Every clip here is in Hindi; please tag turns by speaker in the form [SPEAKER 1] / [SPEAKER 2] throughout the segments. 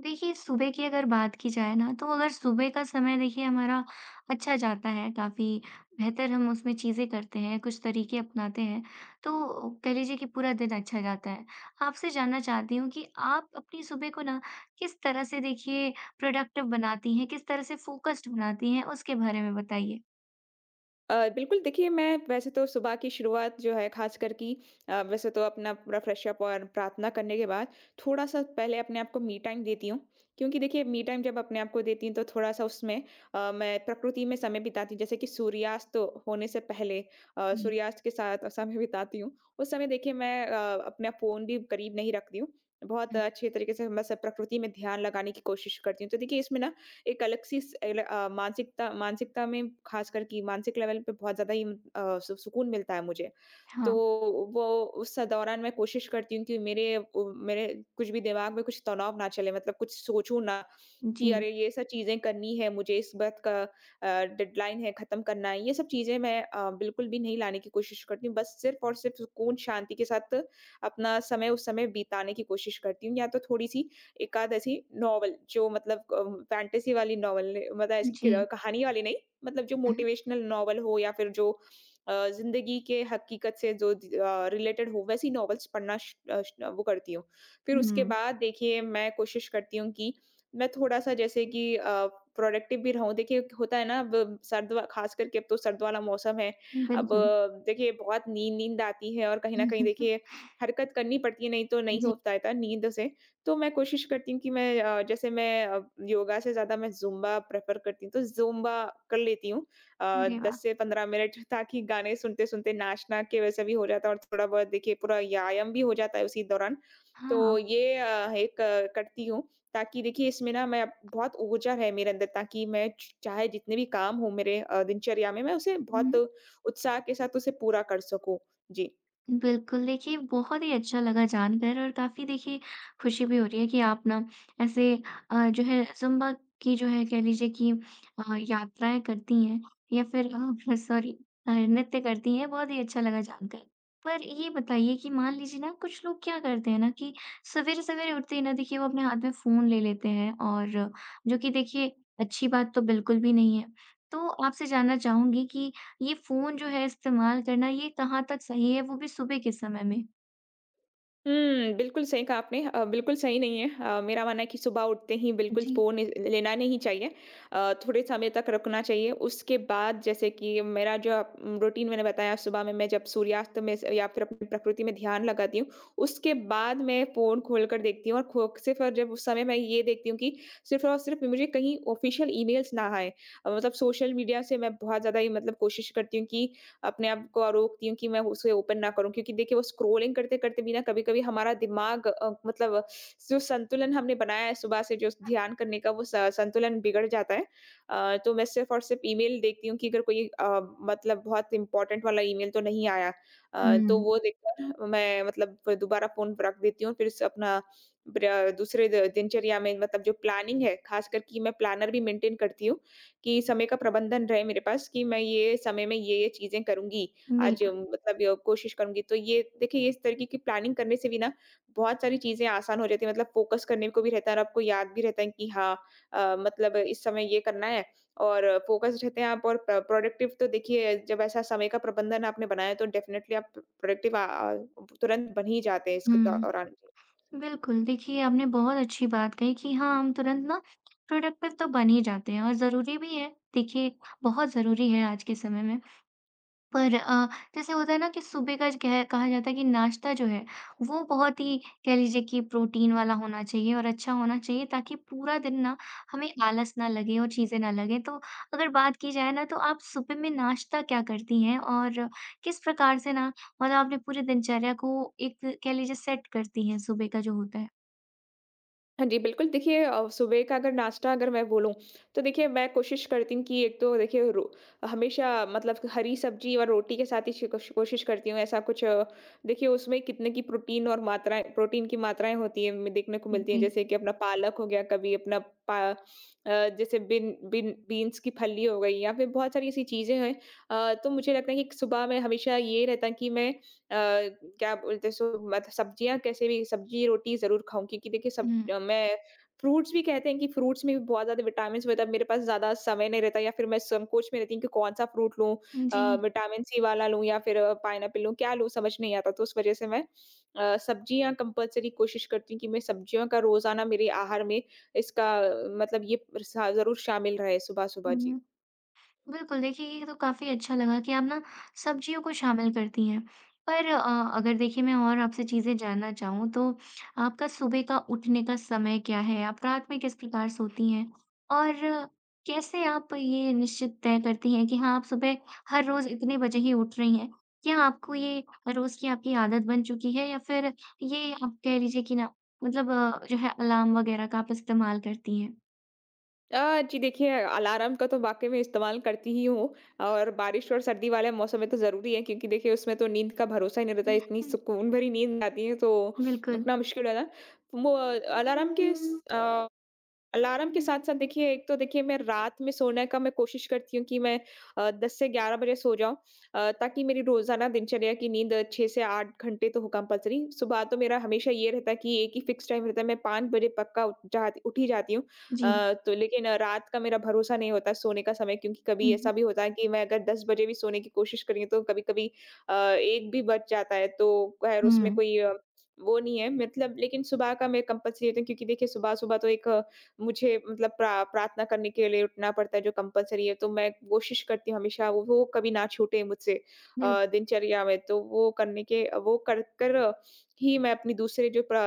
[SPEAKER 1] देखिए, सुबह की अगर बात की जाए ना, तो अगर सुबह का समय देखिए हमारा अच्छा जाता है, काफ़ी बेहतर हम उसमें चीज़ें करते हैं, कुछ तरीके अपनाते हैं, तो कह लीजिए कि पूरा दिन अच्छा जाता है। आपसे जानना चाहती हूँ कि आप अपनी सुबह को ना किस तरह से देखिए प्रोडक्टिव बनाती हैं, किस तरह से फ़ोकस्ड बनाती हैं, उसके बारे में बताइए?
[SPEAKER 2] बिल्कुल देखिए, मैं वैसे तो सुबह की शुरुआत जो है ख़ासकर कि वैसे तो अपना पूरा फ्रेश अप और प्रार्थना करने के बाद थोड़ा-सा पहले अपने आप को मी टाइम देती हूँ। क्योंकि देखिए, मी टाइम जब अपने आप को देती हूँ तो थोड़ा-सा उसमें मैं प्रकृति में समय बिताती हूँ। जैसे कि सूर्यास्त तो होने से पहले
[SPEAKER 1] जी।
[SPEAKER 2] सूर्यास्त के साथ समय बिताती हूँ। उस समय देखिए, मैं अपना फ़ोन भी करीब नहीं रखती हूँ। बहुत
[SPEAKER 1] हुँ।
[SPEAKER 2] अच्छे तरीके से मैं सब प्रकृति में ध्यान लगाने की कोशिश करती हूँ। तो देखिए, इसमें ना एक अलग सी मानसिकता मानसिकता में ख़ासकर कि मानसिक लेवल पे बहुत ज़्यादा ही अ, सु सुकून मिलता है मुझे। तो
[SPEAKER 1] हाँ।
[SPEAKER 2] वो उस दौरान मैं कोशिश करती हूँ कि मेरे कुछ भी दिमाग में कुछ तनाव ना चले, मतलब कुछ सोचूँ ना कि
[SPEAKER 1] जी,
[SPEAKER 2] अरे ये सब चीज़ें करनी है मुझे, इस बात का डेडलाइन है, ख़त्म करना है। ये सब चीज़ें मैं बिल्कुल भी नहीं लाने की कोशिश करती हूँ। बस सिर्फ़ और सिर्फ़ सुकून शांति के साथ अपना समय उस समय बिताने की कोशिश करती हूँ, या तो थोड़ी-सी एकाध ऐसी नॉवल जो मतलब फैंटेसी वाली नॉवल, मतलब ऐसी
[SPEAKER 1] जी।
[SPEAKER 2] क कहानी वाली नहीं, मतलब जो
[SPEAKER 1] हुँ, हुँ।
[SPEAKER 2] मोटिवेशनल नॉवल हो या फ़िर जो ज़िंदगी के हकीकत से जो रिलेटेड हो, वैसी नॉवेल्स पढ़ना श अ, श वो करती हूँ। फिर उसके बाद देखिए, मैं कोशिश करती हूँ कि मैं थोड़ा-सा जैसे कि प्रोडक्टिव भी रहूँ। देखिए होता है ना, अब सर्द व ख़ास करके अब तो सर्द वाला मौसम है।
[SPEAKER 1] हुँ,
[SPEAKER 2] अब
[SPEAKER 1] बिल्कुल।
[SPEAKER 2] देखिए, बहुत नींद-नींद आती है और कहीं न कहीं देखिए हरकत करनी पड़ती है, नहीं तो नहीं
[SPEAKER 1] जी,
[SPEAKER 2] हो पाता है नींद से। तो मैं कोशिश करती हूँ कि मैं जैसे मैं योगा से ज़्यादा मैं ज़ुम्बा प्रेफ़र करती हूँ, तो ज़ुम्बा कर लेती हूँ।
[SPEAKER 1] अरे वाह!
[SPEAKER 2] 10 से 15 मिनट ताकि गाने सुनते-सुनते नाचना के वैसे भी हो जाता है, और थोड़ा बहुत देखिए पूरा व्यायाम भी हो जाता है उसी दौरान।
[SPEAKER 1] हाँ।
[SPEAKER 2] तो ये एक करती हूँ, ताकि देखिए इसमें ना मैं बहुत ऊर्जा है मेरे अंदर, ताकि मैं च चाहे जितने भी काम हों मेरे दिनचर्या में, मैं उसे बहुत
[SPEAKER 1] हुँ।
[SPEAKER 2] उत्साह के साथ उसे पूरा कर सकूँ। जी।
[SPEAKER 1] बिल्कुल, देखिए बहुत ही अच्छा लगा जानकर और काफ़ी देखिए खुशी भी हो रही है कि आप ना ऐसे जो है ज़ुम्बा की जो है कह लीजिए कि यात्राएँ करती हैं या फिर सॉरी, नृत्य करती हैं, बहुत ही अच्छा लगा जानकर। पर ये बताइए कि मान लीजिए ना कुछ लोग क्या करते हैं ना कि सवेरे-सवेरे उठते ही ना देखिए वो अपने हाथ में फ़ोन ले लेते हैं और जो कि देखिए अच्छी बात तो बिल्कुल भी नहीं है। तो आपसे जानना चाहूँगी कि ये फ़ोन जो है इस्तेमाल करना ये कहाँ तक सही है, वो भी सुबह के समय में?
[SPEAKER 2] हुँ, बिल्कुल सही कहा आपने, बिल्कुल सही नहीं है। मेरा मानना है कि सुबह उठते ही बिल्कुल
[SPEAKER 1] जी।
[SPEAKER 2] फ़ोन इ लेना नहीं चाहिए। थोड़े समय तक रखना चाहिए। उसके बाद जैसे कि मेरा जो आप रूटीन मैंने बताया, सुबह में मैं जब सूर्यास्त में स या फिर अपनी प्रकृति में ध्यान लगाती हूँ, उसके बाद मैं फ़ोन खोलकर देखती हूँ, और खो सिर्फ़ और जब उस समय मैं ये देखती हूँ कि सिर्फ़ और सिर्फ़ मुझे कहीं ऑफ़िशियल ईमेल्स ना आएँ। मतलब सोशल मीडिया से मैं बहुत ज़्यादा ही मतलब कोशिश करती हूँ कि अपने आप को रोकती हूँ कि मैं उसे ओपन ना करूँ, क्योंकि देखिए वो स्क्रोलिंग करते-करते भी ना कभी-कभी हमारा दिमाग मतलब जो संतुलन हमने बनाया है सुबह से जो ध्यान करने का, वो स संतुलन बिगड़ जाता है। तो मैं सिर्फ़ और सिर्फ़ ईमेल देखती हूँ कि अगर कोई मतलब बहुत इम्पोर्टेंट वाला ईमेल तो नहीं आया। तो
[SPEAKER 1] हुँ,
[SPEAKER 2] वो देखकर मैं मतलब फिर दोबारा फ़ोन रख देती हूँ, फिर से अपना ब्र दूसरे द दिनचर्या में, मतलब जो प्लानिंग है, ख़ासकर कि मैं प्लानर भी मेंटेन करती हूँ। कि समय का प्रबंधन रहे मेरे पास, कि मैं ये समय में ये चीज़ें करूँगी, आज
[SPEAKER 1] बिल्कुल।
[SPEAKER 2] मतलब य कोशिश करूँगी। तो ये देखिए, ये इस तरीके की प्लानिंग करने से भी ना बहुत सारी चीज़ें आसान हो जाती हैं, मतलब फ़ोकस करने को भी रहता है और आपको याद भी रहता है कि हाँ मतलब इस समय ये करना है, और फ़ोकस्ड रहते हैं आप और प्रोडक्टिव, तो देखिए जब ऐसा समय का प्रबंधन आपने बनाया है, तो डेफ़िनेटली आप प्रोडक्टिव तुरंत बन ही जाते हैं इसके दौरान।
[SPEAKER 1] हुँ, बिल्कुल देखिए आपने बहुत अच्छी बात कही कि हाँ, हम तुरंत ना प्रोडक्टिव तो बन ही जाते हैं और ज़रूरी भी है। देखिए बहुत ज़रूरी है आज के समय में। पर जैसे होता है ना कि सुबह का ज कह कहा जाता है कि नाश्ता जो है, वो बहुत ही कह लीजिए कि प्रोटीन वाला होना चाहिए और अच्छा होना चाहिए ताकि पूरा दिन ना हमें आलस ना लगे और चीज़ें ना लगें। तो अगर बात की जाए ना तो आप सुबह में नाश्ता क्या करती हैं? और किस प्रकार से ना मतलब आपने पूरी दिनचर्या को एक कह लीजिए सेट करती हैं सुबह का जो होता है?
[SPEAKER 2] हाँ जी, बिल्कुल देखिए, सुबह का अगर नाश्ता अगर मैं बोलूँ, तो देखिए मैं कोशिश करती हूँ कि एक तो देखिए रो हमेशा मतलब हरी सब्ज़ी और रोटी के साथ ही श कोश कोशिश करती हूँ, ऐसा कुछ देखिए उसमें कितने की प्रोटीन और मात्राएँ प्रोटीन की मात्राएँ होती हैं, म देखने को मिलती हैं।
[SPEAKER 1] जी।
[SPEAKER 2] जैसे कि अपना पालक हो गया, कभी अपना पा अ, जैसे बिन बिन बीन्स की फली हो गई, या फिर बहुत सारी ऐसी चीज़ें हैं। तो मुझे लगता है कि सुबह में हमेशा ये रहता है कि मैं अ, क्या बोलते हैं सो मत सब्जियाँ कैसे भी, सब्जी, रोटी ज़रूर खाऊँ, क्योंकि देखिए
[SPEAKER 1] हुँ।
[SPEAKER 2] मैं फ्रूट्स भी कहते हैं कि फ्रूट्स में भी बहुत ज़्यादा विटामिन्स होता है, मेरे पास ज़्यादा समय नहीं रहता, या फिर मैं संकोच में रहती हूँ कि कौन-सा फ्रूट लूँ,
[SPEAKER 1] जी।
[SPEAKER 2] अ, विटामिन सी वाला लूँ या फिर पाइनएप्पल लूँ, क्या लूँ समझ नहीं आता। तो उस वज़ह से मैं सब्जियाँ कंपल्सरी कोशिश करती हूँ कि मैं सब्जियों का रोज़ाना मेरे आहार में मतलब ये सा ज़रूर शामिल रहे सुबह-सुबह। जी।
[SPEAKER 1] हुँ। बिल्कुल, देखिए ये तो काफ़ी अच्छा लगा कि आप ना सब्जियों को शामिल करती हैं। पर अगर देखिए मैं और आपसे चीज़ें जानना चाहूँ तो आपका सुबह का उठने का समय क्या है? आप रात में किस प्रकार सोती हैं? और कैसे आप ये निश्चित तय करती हैं कि हाँ, आप सुबह हर रोज़ इतने बजे ही उठ रही हैं? क्या आपको ये रोज़ की आपकी आदत बन चुकी है या फिर ये आप कह लीजिए कि ना मतलब जो है अलार्म वग़ैरह का आप इस्तेमाल करती हैं?
[SPEAKER 2] जी देखिए, अलार्म का तो वाक़ई में इस्तेमाल करती ही हूँ, और बारिश और सर्दी वाले मौसम में तो ज़रूरी है, क्योंकि देखिए उसमें तो नींद का भरोसा ही नहीं रहता है, इतनी सुकून भरी नींद आती है, तो
[SPEAKER 1] बिल्कुल,
[SPEAKER 2] उठना मुश्किल है ना। वो अलार्म के साथ-साथ देखिए, एक तो देखिए मैं रात में सोने का मैं कोशिश करती हूँ कि मैं 10 से 11 बजे सो जाऊँ, ताकि मेरी रोज़ाना दिनचर्या की नींद 6 से 8 घंटे तो हो कंपल्सरी। सुबह तो मेरा हमेशा ये रहता है कि एक ही फिक्स टाइम रहता है, मैं 5 बजे पक्का उठ ही जाती हूँ।
[SPEAKER 1] जी।
[SPEAKER 2] तो लेकिन रात का मेरा भरोसा नहीं होता सोने का समय, क्योंकि कभी
[SPEAKER 1] हुँ,
[SPEAKER 2] ऐसा
[SPEAKER 1] हुँ।
[SPEAKER 2] भी होता है कि मैं अगर 10 बजे भी सोने की कोशिश करी, तो कभी-कभी अ, 1 भी बज जाता है, तो खैर उसमें
[SPEAKER 1] हुँ।
[SPEAKER 2] कोई वो नहीं है, मतलब लेकिन सुबह का मैं कंपल्सरी रहता हूँ, क्योंकि देखिए सुबह-सुबह तो एक मुझे मतलब प्रार्थना करने के लिए उठना पड़ता है जो कंपल्सरी है, तो मैं कोशिश करती हूँ हमेशा वो कभी ना छूटे मुझसे
[SPEAKER 1] बिल
[SPEAKER 2] दिनचर्या में। तो वो करने के वो कर कर ही मैं अपनी दूसरे जो प्र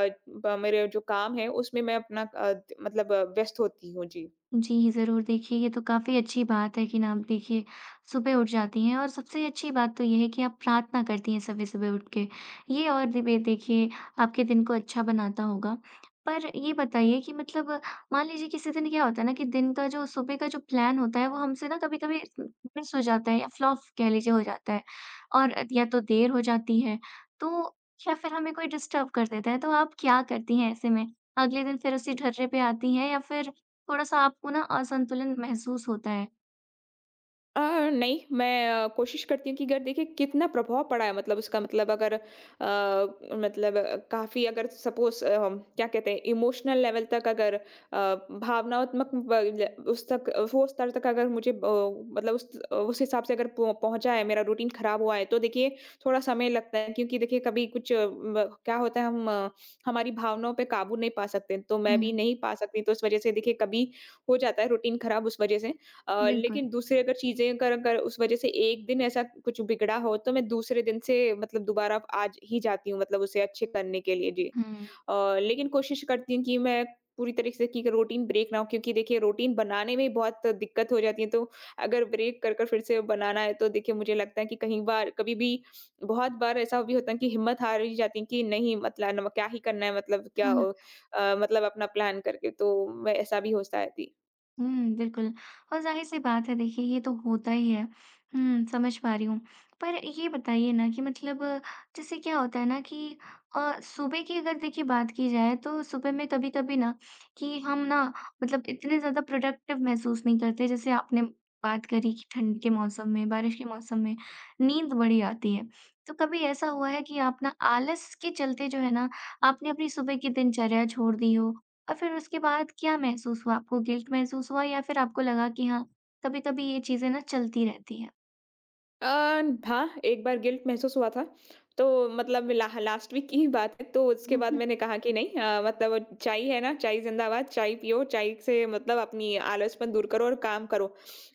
[SPEAKER 2] ब मेरे जो काम है उसमें मैं अपना मतलब व्यस्त होती हूँ। जी।
[SPEAKER 1] जी, ज़रूर देखिए ये तो काफ़ी अच्छी बात है कि ना आप देखिए सुबह उठ जाती हैं और सबसे अच्छी बात तो ये है कि आप प्रार्थना करती हैं सुबह-सुबह उठ के। ये और दिबे देखिए आपके दिन को अच्छा बनाता होगा। पर ये बताइए कि मतलब मान लीजिए किसी दिन क्या होता है ना कि दिन का जो सुबह का जो प्लान होता है वो हमसे ना कभी-कभी मिस हो जाता है या फ्लॉप कह लीजिए हो जाता है, और या तो देर हो जाती है, तो या फिर हमें कोई डिस्टर्ब कर देता है। तो आप क्या करती हैं ऐसे में? अगले दिन फिर उसी ढर्रे पे आती हैं या फिर थोड़ा-सा आपको ना असंतुलन महसूस होता है।
[SPEAKER 2] अ, नहीं, मैं कोशिश करती हूँ कि अगर देखिए कितना प्रभाव पड़ा है, मतलब उसका मतलब अगर मतलब काफ़ी अगर सपोज़ हम क्या कहते हैं इमोशनल लेवल तक अगर भावनात्मक ब ल उस तक वो स्तर तक अगर मुझे ब मतलब उस हिसाब से अगर पहुँचा है, मेरा रूटीन ख़राब हुआ है, तो देखिए थोड़ा समय लगता है, क्योंकि देखिए कभी कुछ ब क्या होता है, हमारी भावनाओं पे काबू नहीं पा सकते, तो मैं भी
[SPEAKER 1] हुँ,
[SPEAKER 2] नहीं पा सकती, तो इस वज़ह से देखिए कभी हो जाता है रूटीन ख़राब उस वज़ह से।
[SPEAKER 1] बिल्कुल।
[SPEAKER 2] लेकिन दूसरी अगर चीज़ें अगर अगर उस वज़ह से एक दिन ऐसा कुछ बिगड़ा हो, तो मैं दूसरे दिन से मतलब दोबारा आज ही जाती हूँ, मतलब उसे अच्छे करने के लिए। जी।
[SPEAKER 1] हुँ।
[SPEAKER 2] अ, लेकिन कोशिश करती हूँ कि मैं पूरी तरीके से कि रूटीन ब्रेक ना हो, क्योंकि देखिए रूटीन बनाने में ही बहुत दिक्कत हो जाती है, तो अगर ब्रेक कर फिर से बनाना है, तो देखिए मुझे लगता है कि कहीं बार कभी भी बहुत बार ऐसा भी होता है कि हिम्मत हार ही जाती है कि नहीं, मतलब क्या ही करना है, मतलब क्या
[SPEAKER 1] हुँ,
[SPEAKER 2] मतलब अपना प्लान करके, तो मैं ऐसा भी होता है।
[SPEAKER 1] हुँ, बिल्कुल। और ज़ाहिर-सी बात है देखिए ये तो होता ही है। हुँ, समझ पा रही हूँ। पर ये बताइए ना कि मतलब जैसे क्या होता है ना कि सुबह की अगर देखिए बात की जाए तो सुबह में कभी-कभी ना कि हम ना मतलब इतने ज़्यादा प्रोडक्टिव महसूस नहीं करते जैसे आपने बात करी कि ठंड के मौसम में, बारिश के मौसम में नींद बड़ी आती है। तो कभी ऐसा हुआ है कि आप ना आलस के चलते जो है ना आपने अपनी सुबह की दिनचर्या छोड़ दी हो, और फिर उसके बाद क्या महसूस हुआ आपको? गिल्ट महसूस हुआ या फिर आपको लगा कि हाँ, कभी-कभी ये चीज़ें ना चलती रहती हैं?
[SPEAKER 2] अ, हाँ, एक बार गिल्ट महसूस हुआ था। तो मतलब ला लास्ट वीक की ही बात है, तो उसके
[SPEAKER 1] हुँ,
[SPEAKER 2] बाद
[SPEAKER 1] हुँ।
[SPEAKER 2] मैंने कहा कि नहीं, मतलब चाय है ना, चाय ज़िंदाबाद, चाय पियो, चाय से मतलब अपनी आलसपन दूर करो और काम करो।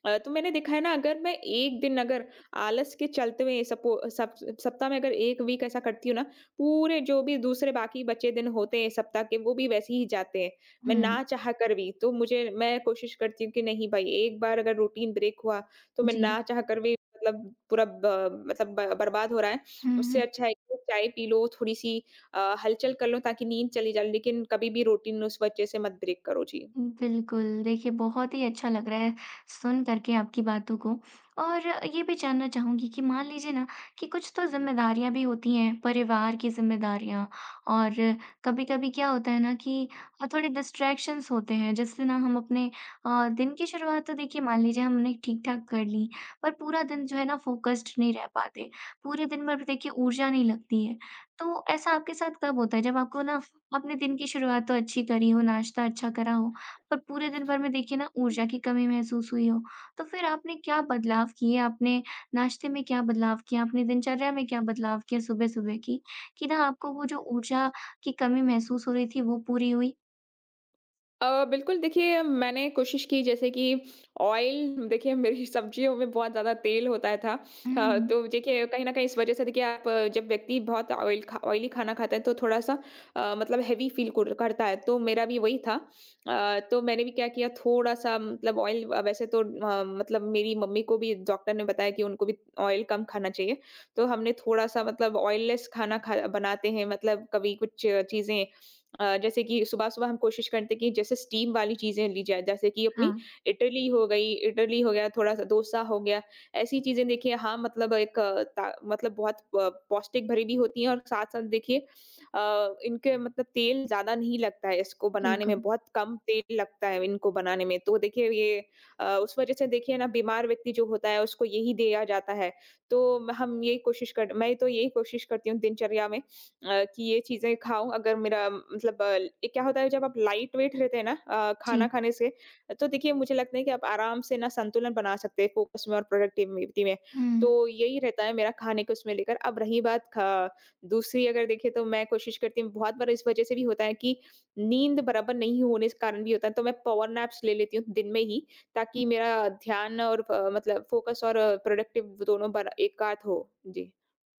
[SPEAKER 2] तो मैंने देखा है ना, अगर मैं एक दिन अगर आलस के चलते हुए सपो सप सप्ताह में अगर 1 वीक ऐसा करती हूँ ना, पूरे जो भी दूसरे बाकी बचे दिन होते हैं सप्ताह के, वो भी वैसे ही जाते हैं। मैं ना चाह कर भी, तो मुझे मैं कोशिश करती हूँ कि नहीं भाई, एक बार अगर रूटीन ब्रेक हुआ, तो
[SPEAKER 1] हुँ,
[SPEAKER 2] मैं
[SPEAKER 1] जी।
[SPEAKER 2] ना चाह कर भी मतलब पूरा ब मतलब ब बर्बाद हो रहा है।
[SPEAKER 1] हुँ,
[SPEAKER 2] उससे
[SPEAKER 1] हुँ।
[SPEAKER 2] अच्छा है कि चाय पी लो, थोड़ी-सी हलचल कर लो ताकि नींद चली जाए, लेकिन कभी भी रूटीन उस वजह से मत ब्रेक करो। जी।
[SPEAKER 1] बिल्कुल। देखिए, बहुत ही अच्छा लग रहा है सुन कर के आपकी बातों को। और ये भी जानना चाहूँगी कि मान लीजिए ना कि कुछ तो ज़िम्मेदारियाँ भी होती हैं, परिवार की ज़िम्मेदारियाँ, और कभी-कभी क्या होता है ना कि थोड़े डिस्ट्रैक्शंस होते हैं जिससे ना हम अपने दिन की शुरुआत तो देखिए मान लीजिए हमने ठीक-ठाक कर ली, पर पूरा दिन जो है ना फ़ोकस्ड नहीं रह पाते। पूरे दिन भर देखिए ऊर्जा नहीं लगती है। तो ऐसा आपके साथ कब होता है? जब आपको ना अपने दिन की शुरुआत तो अच्छी करी हो, नाश्ता अच्छा करा हो, और पूरे दिन भर में देखिए ना ऊर्जा की कमी महसूस हुई हो, तो फिर आपने क्या बदलाव किए? आपने नाश्ते में क्या बदलाव किया? अपनी दिनचर्या में क्या बदलाव किया सुबह-सुबह की, कि ना आपको वो जो ऊर्जा की कमी महसूस हो रही थी वो पूरी हुई?
[SPEAKER 2] बिल्कुल देखिए, मैंने कोशिश की, जैसे कि ऑयल देखिए मेरी सब्जियों में बहुत ज़्यादा तेल होता था।
[SPEAKER 1] हुँ।
[SPEAKER 2] तो देखिए कहीं न कहीं इस वज़ह से देखिए जब व्यक्ति बहुत ऑयली खाना खाता है, तो थोड़ा-सा मतलब हेवी फ़ील कुर करता है, तो मेरा भी वही था। तो मैंने भी क्या किया थोड़ा-सा मतलब ऑयल वैसे तो मतलब मेरी मम्मी को भी डॉक्टर ने बताया कि उनको भी ऑयल कम खाना चाहिए। तो हमने थोड़ा-सा मतलब ऑयललेस खाना खा बनाते हैं। मतलब कभी कुछ चीज़ें, जैसे कि सुबह-सुबह हम कोशिश करते हैं कि जैसे स्टीम वाली चीज़ें ली जाए, जैसे कि
[SPEAKER 1] हाँ,
[SPEAKER 2] अपनी इडली हो गया, थोड़ा-सा डोसा हो गया। ऐसी चीज़ें देखिए, हाँ, मतलब एक अ, ता मतलब बहुत प पौष्टिक भरी भी होती हैं और साथ-साथ देखिए, इनके मतलब तेल ज़्यादा नहीं लगता है इसको बनाने में,
[SPEAKER 1] बिल्कुल।
[SPEAKER 2] बहुत कम तेल लगता है इनको बनाने में। तो देखिए उस वजह से देखिए ना, बीमार व्यक्ति जो होता है उसको यही दिया जाता है। तो म- हम यही कोशिश कर मैं तो यही कोशिश करती हूँ दिनचर्या में, कि ये चीज़ें खाऊँ। अगर मेरा मतलब अ, ये क्या होता है जब आप लाइट वेट रहते हैं ना,
[SPEAKER 1] जी।
[SPEAKER 2] खाना खाने से, तो देखिए मुझे लगता है कि आप आराम से ना संतुलन बना सकते हैं फ़ोकस में और प्रोडक्टिविटी में। तो
[SPEAKER 1] हुँ।
[SPEAKER 2] यही रहता है मेरा खाने को उसमें लेकर। अब रही बात ख दूसरी, अगर देखें तो मैं कोशिश करती हूँ। बहुत बार इस वज़ह से भी होता है कि नींद बराबर नहीं होने के कारण भी होता है, तो मैं पावर नैप्स ले लेती हूँ दिन में ही, ताकि मेरा ध्यान और फ मतलब फ़ोकस और प्रोडक्टिव दोनों बर एक-साथ हो। जी।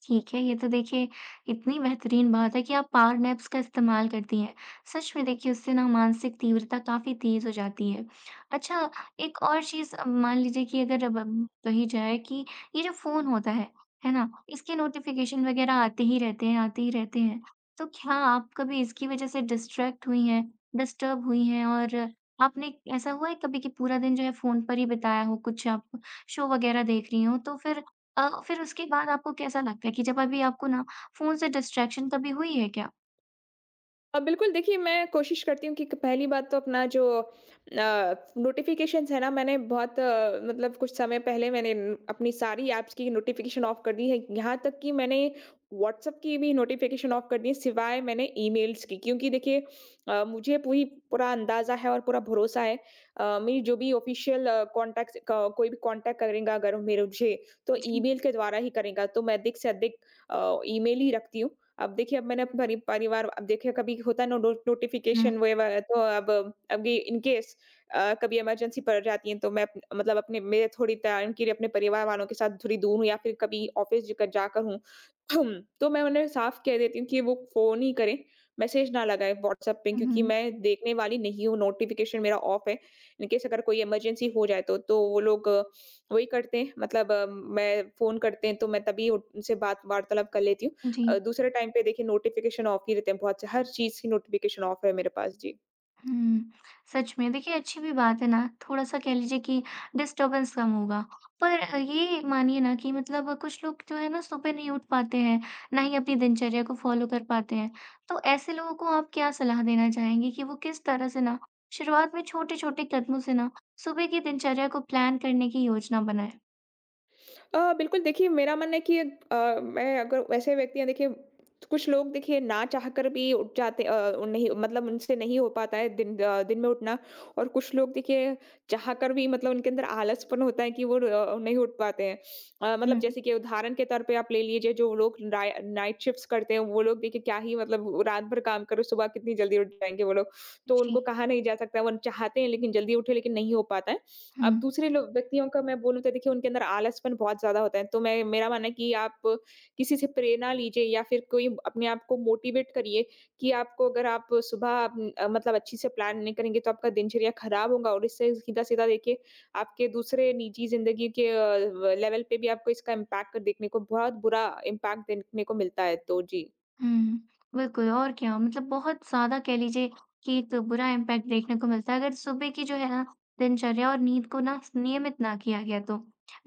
[SPEAKER 1] ठीक है, ये तो देखिए इतनी बेहतरीन बात है कि आप पावर नैप्स का इस्तेमाल करती हैं। सच में देखिए उससे ना मानसिक तीव्रता काफ़ी तेज़ हो जाती है। अच्छा, एक और चीज़, मान लीजिए कि अगर अब हम कही जाए कि ये जो फ़ोन होता है ना? इसके नोटिफ़िकेशन वग़ैरह आते ही रहते हैं, आते ही रहते हैं। तो क्या आप कभी इसकी वज़ह से डिस्ट्रैक्ट हुई हैं, डिस्टर्ब हुई हैं, और आपने ऐसा हुआ है कभी कि पूरा दिन जो है फ़ोन पर ही बिताया हो, कुछ आप शो वग़ैरह देख रही हों, तो फिर उसके बाद आपको कैसा लगता है कि जब अभी आपको ना फ़ोन से डिस्ट्रैक्शन कभी हुई है क्या?
[SPEAKER 2] बिल्कुल देखिए, मैं कोशिश करती हूँ कि क पहली बात तो अपना जो नोटिफ़िकेशंस है ना, मैंने मतलब कुछ समय पहले मैंने न अपनी सारी ऐप्स की नोटिफ़िकेशन ऑफ कर दी है। यहाँ तक कि मैंने व्हाट्सएप की भी नोटिफ़िकेशन ऑफ कर दी है, सिवाय मैंने ईमेल्स की, क्योंकि देखिए मुझे पूरी पूरा अंदाज़ा है और पूरा भरोसा है, मेरी जो भी ऑफ़िशियल कॉन्टैक्ट्स क कोई भी कॉन्टैक्ट करेगा अगर मेरे मुझे, तो
[SPEAKER 1] जी।
[SPEAKER 2] ईमेल के द्वारा ही करेगा। तो मैं अधिक से अधिक ईमेल ही रखती हूँ। अब देखिए अब मैंने परि परिवार अब देखिए कभी होता है नो
[SPEAKER 1] हुँ,
[SPEAKER 2] नोटिफ़िकेशन वो व तो अब ये इन केस कभी इमरजेंसी पड़ जाती है, तो मैं थोड़ी टाइम के लिए अपने परिवार वालों के साथ थोड़ी दूर हूँ या फिर कभी ऑफ़िस ज जाकर हूँ। तो मैं उन्हें साफ कह देती हूँ कि वो फ़ोन ही करें, मैसेज ना लगाएँ व्हाट्सएप पे, क्योंकि
[SPEAKER 1] हुँ,
[SPEAKER 2] मैं देखने वाली नहीं हूँ, नोटिफ़िकेशन मेरा ऑफ है। इन केस अगर कोई इमरजेंसी हो जाए तो, वो लोग वही करते हैं, मतलब मैं फ़ोन करते हैं तो मैं तभी उनसे बात वार्तालाप कर लेती हूँ।
[SPEAKER 1] जी।
[SPEAKER 2] दूसरे टाइम पे देखिए नोटिफ़िकेशन ऑफ ही रहते हैं, बहुत से हर चीज़ की नोटिफ़िकेशन ऑफ है मेरे पास। जी।
[SPEAKER 1] हुँ, सच में देखिए अच्छी भी बात है ना, थोड़ा-सा कह लीजिए कि डिस्टर्बेंस कम होगा। पर ये मानिए ना कि मतलब कुछ लोग जो है ना सुबह नहीं उठ पाते हैं, ना ही अपनी दिनचर्या को फ़ॉलो कर पाते हैं। तो ऐसे लोगों को आप क्या सलाह देना चाहेंगी कि वो किस तरह से ना शुरुआत में छोटे-छोटे कदमों से ना सुबह की दिनचर्या को प्लान करने की योजना बनाएँ?
[SPEAKER 2] बिल्कुल देखिए, मेरा मानना है कि मैं अगर वैसे व्यक्ति हैं देखिए, कुछ लोग देखिए ना चाहकर भी उठ जाते नहीं, मतलब उनसे नहीं हो पाता है दिन में उठना। और कुछ लोग देखिए चाहकर भी, मतलब उनके अंदर आलसपन होता है कि वो नहीं उठ पाते हैं, मतलब
[SPEAKER 1] हुँ,
[SPEAKER 2] जैसे कि उदाहरण के तौर पे आप ले लीजिए, जो लोग नाइट शिफ्ट्स करते हैं वो लोग देखिए क्या ही मतलब, रात भर काम करो, सुबह कितनी जल्दी उठ जाएंगे वो लोग। तो
[SPEAKER 1] जी।
[SPEAKER 2] उनको कहा नहीं जा सकता, वो चाहते हैं लेकिन जल्दी उठे, लेकिन नहीं हो पाता है। अब
[SPEAKER 1] हुँ।
[SPEAKER 2] दूसरे लोग व्यक्तियों का मैं बोलूँ तो देखिए उनके अंदर आलसपन बहुत ज़्यादा होता है, तो मैं मेरा मानना है कि आप किसी से प्रेरणा लीजिए या फिर कोई अपने आप को मोटिवेट करिए कि आपको अगर आप सुबह मतलब अच्छी से प्लान नहीं करेंगे तो आपका दिनचर्या खराब होगा, और इससे सीधा-सीधा देखिए आपके दूसरे निजी ज़िंदगी के अ, व लेवल पे भी आपको इसका इम्पैक्ट देखने को बहुत बुरा इम्पैक्ट देखने को मिलता है। तो जी।
[SPEAKER 1] हुँ, बिल्कुल, और क्या, मतलब बहुत ज़्यादा कह लीजिए कि एक बुरा इम्पैक्ट देखने को मिलता है अगर सुबह की जो है ना दिनचर्या और नींद को ना नियमित ना किया गया तो।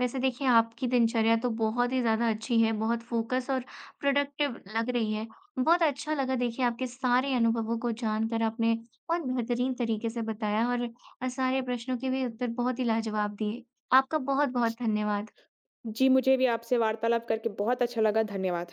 [SPEAKER 1] वैसे देखिए आपकी दिनचर्या तो बहुत ही ज़्यादा अच्छी है, बहुत फ़ोकस और प्रोडक्टिव लग रही है। बहुत अच्छा लगा देखिए आपके सारे अनुभवों को जानकर, आपने बहुत बेहतरीन तरीके से बताया और सारे प्रश्नों के भी उत्तर बहुत ही लाजवाब दिए। आपका बहुत-बहुत धन्यवाद।
[SPEAKER 2] जी, मुझे भी आपसे वार्तालाप करके बहुत अच्छा लगा। धन्यवाद।